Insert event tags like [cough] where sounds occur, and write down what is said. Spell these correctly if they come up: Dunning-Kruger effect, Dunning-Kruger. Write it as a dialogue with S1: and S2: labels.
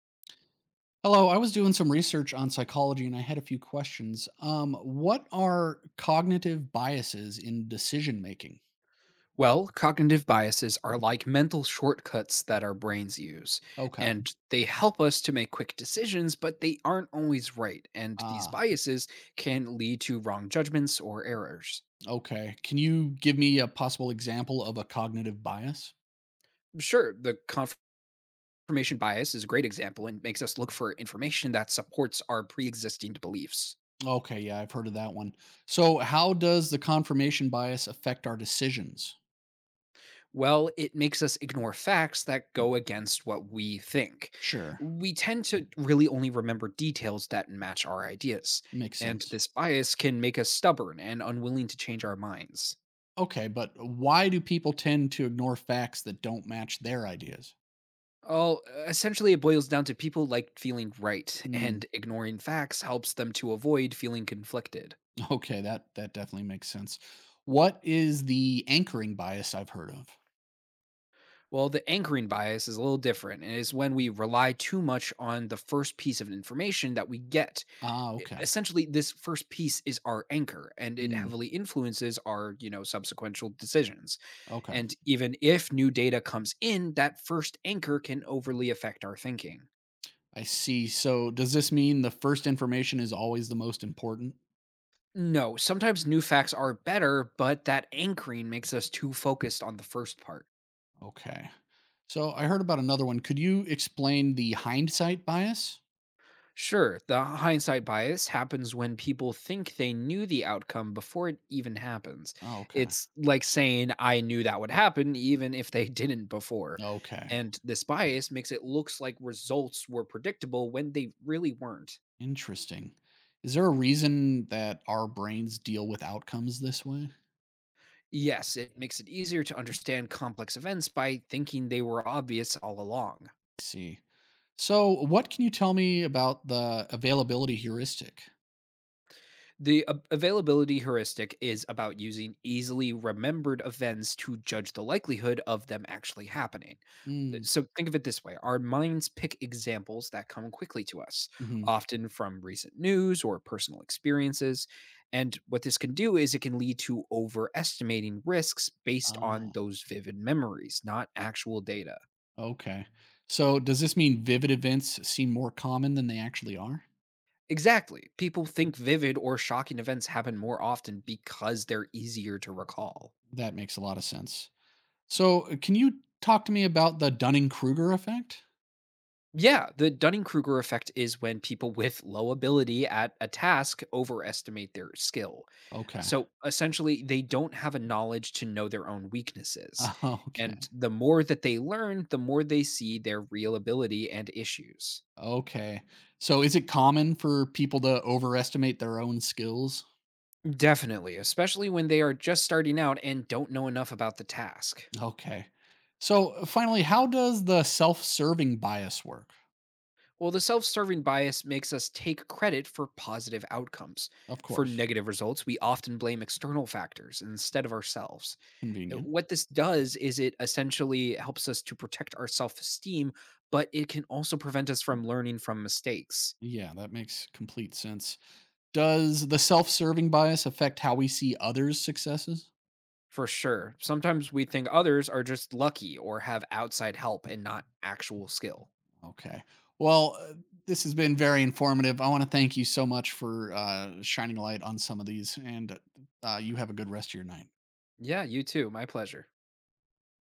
S1: Hello, I was doing some research on psychology and I had a few questions. What are cognitive biases in decision making?
S2: Well, cognitive biases are like mental shortcuts that our brains use,
S1: Okay.
S2: and they help us to make quick decisions, but they aren't always right, and these
S1: Ah,
S2: biases can lead to wrong judgments or errors.
S1: okay. Can you give me a possible example of a cognitive bias?
S2: Sure, the confirmation bias is a great example and makes us look for information that supports our pre existing beliefs.
S1: Okay, yeah, I've heard of that one. So, how does the confirmation bias affect our decisions?
S2: Well, it makes us ignore facts that go against what we think.
S1: Sure,
S2: We tend to really only remember details that match our ideas,
S1: makes
S2: and
S1: sense.
S2: this bias can make us stubborn and unwilling to change our minds.
S1: Okay, but why do people tend to ignore facts that don't match their ideas?
S2: Well, essentially, it boils down to people like feeling right,
S1: Hmm.
S2: and ignoring facts helps them to avoid feeling conflicted.
S1: Okay, that definitely makes sense. What is the anchoring bias I've heard of?
S2: Well, the anchoring bias is a little different, and is when we rely too much on the first piece of information that we get.
S1: Ah,
S2: E
S1: okay.
S2: essentially, this first piece is our anchor, and it
S1: Mm,
S2: heavily influences our subsequential decisions.
S1: okay.
S2: And even if new data comes in, that first anchor can overly affect our thinking.
S1: I see. So does this mean the first information is always the most important?
S2: No, sometimes new facts are better, but that anchoring makes us too focused on the first part.
S1: Okay. So I heard about another one. Could you explain the hindsight bias?
S2: Sure, the hindsight bias happens when people think they knew the outcome before it even happens.
S1: Oh, okay.
S2: It's like saying, I knew that would happen, even if they [laughs] didn't before.
S1: Okay.
S2: And this bias makes it looks like results were predictable when they really weren't.
S1: Interesting. Is there a reason that our brains deal with outcomes this way?
S2: Yes, it makes it easier to understand complex events by thinking they were obvious all along.
S1: See. So what can you tell me about the availability heuristic?
S2: The availability heuristic is about using easily remembered events to judge the likelihood of them actually happening. th-
S1: Mm,
S2: So think of it this way, our minds pick examples that come quickly to us,
S1: mhm.
S2: often from recent news or personal experiences. And what this can do is it can lead to overestimating risks based on
S1: Ah,
S2: those vivid memories, not actual data.
S1: okay. So does this mean vivid events seem more common than they actually are?
S2: Exactly. People think vivid or shocking events happen more often because they're easier to recall.
S1: That makes a lot of sense. So can you talk to me about the Dunning-Kruger effect?
S2: Yeah, the Dunning-Kruger effect is when people with low ability at a task overestimate their skill.
S1: Okay.
S2: So essentially, they don't have a knowledge to know their own weaknesses.
S1: [laughs] Oh,
S2: And
S1: okay.
S2: the more that they learn, the more they see their real ability and issues.
S1: Okay. So is it common for people to overestimate their own skills?
S2: Definitely, especially when they are just starting out and don't know enough about the task.
S1: Okay. So finally, how does the self-serving bias work?
S2: Well, the self serving bias makes us take credit for positive outcomes.
S1: Of
S2: For
S1: course.
S2: negative results, we often blame external factors instead of ourselves.
S1: Convenient.
S2: What this does is it essentially helps us to protect our self-esteem, but it can also prevent us from learning from mistakes.
S1: Yeah, that makes complete sense. Does the self-serving bias affect how we see others' successes?
S2: For sure, sometimes we think others are just lucky or have outside help and not actual skill.
S1: Okay. Well, this has been very informative. I want to thank you so much for shining a light on some of these, and you have a good rest of your night.
S2: Yeah, you too. My pleasure.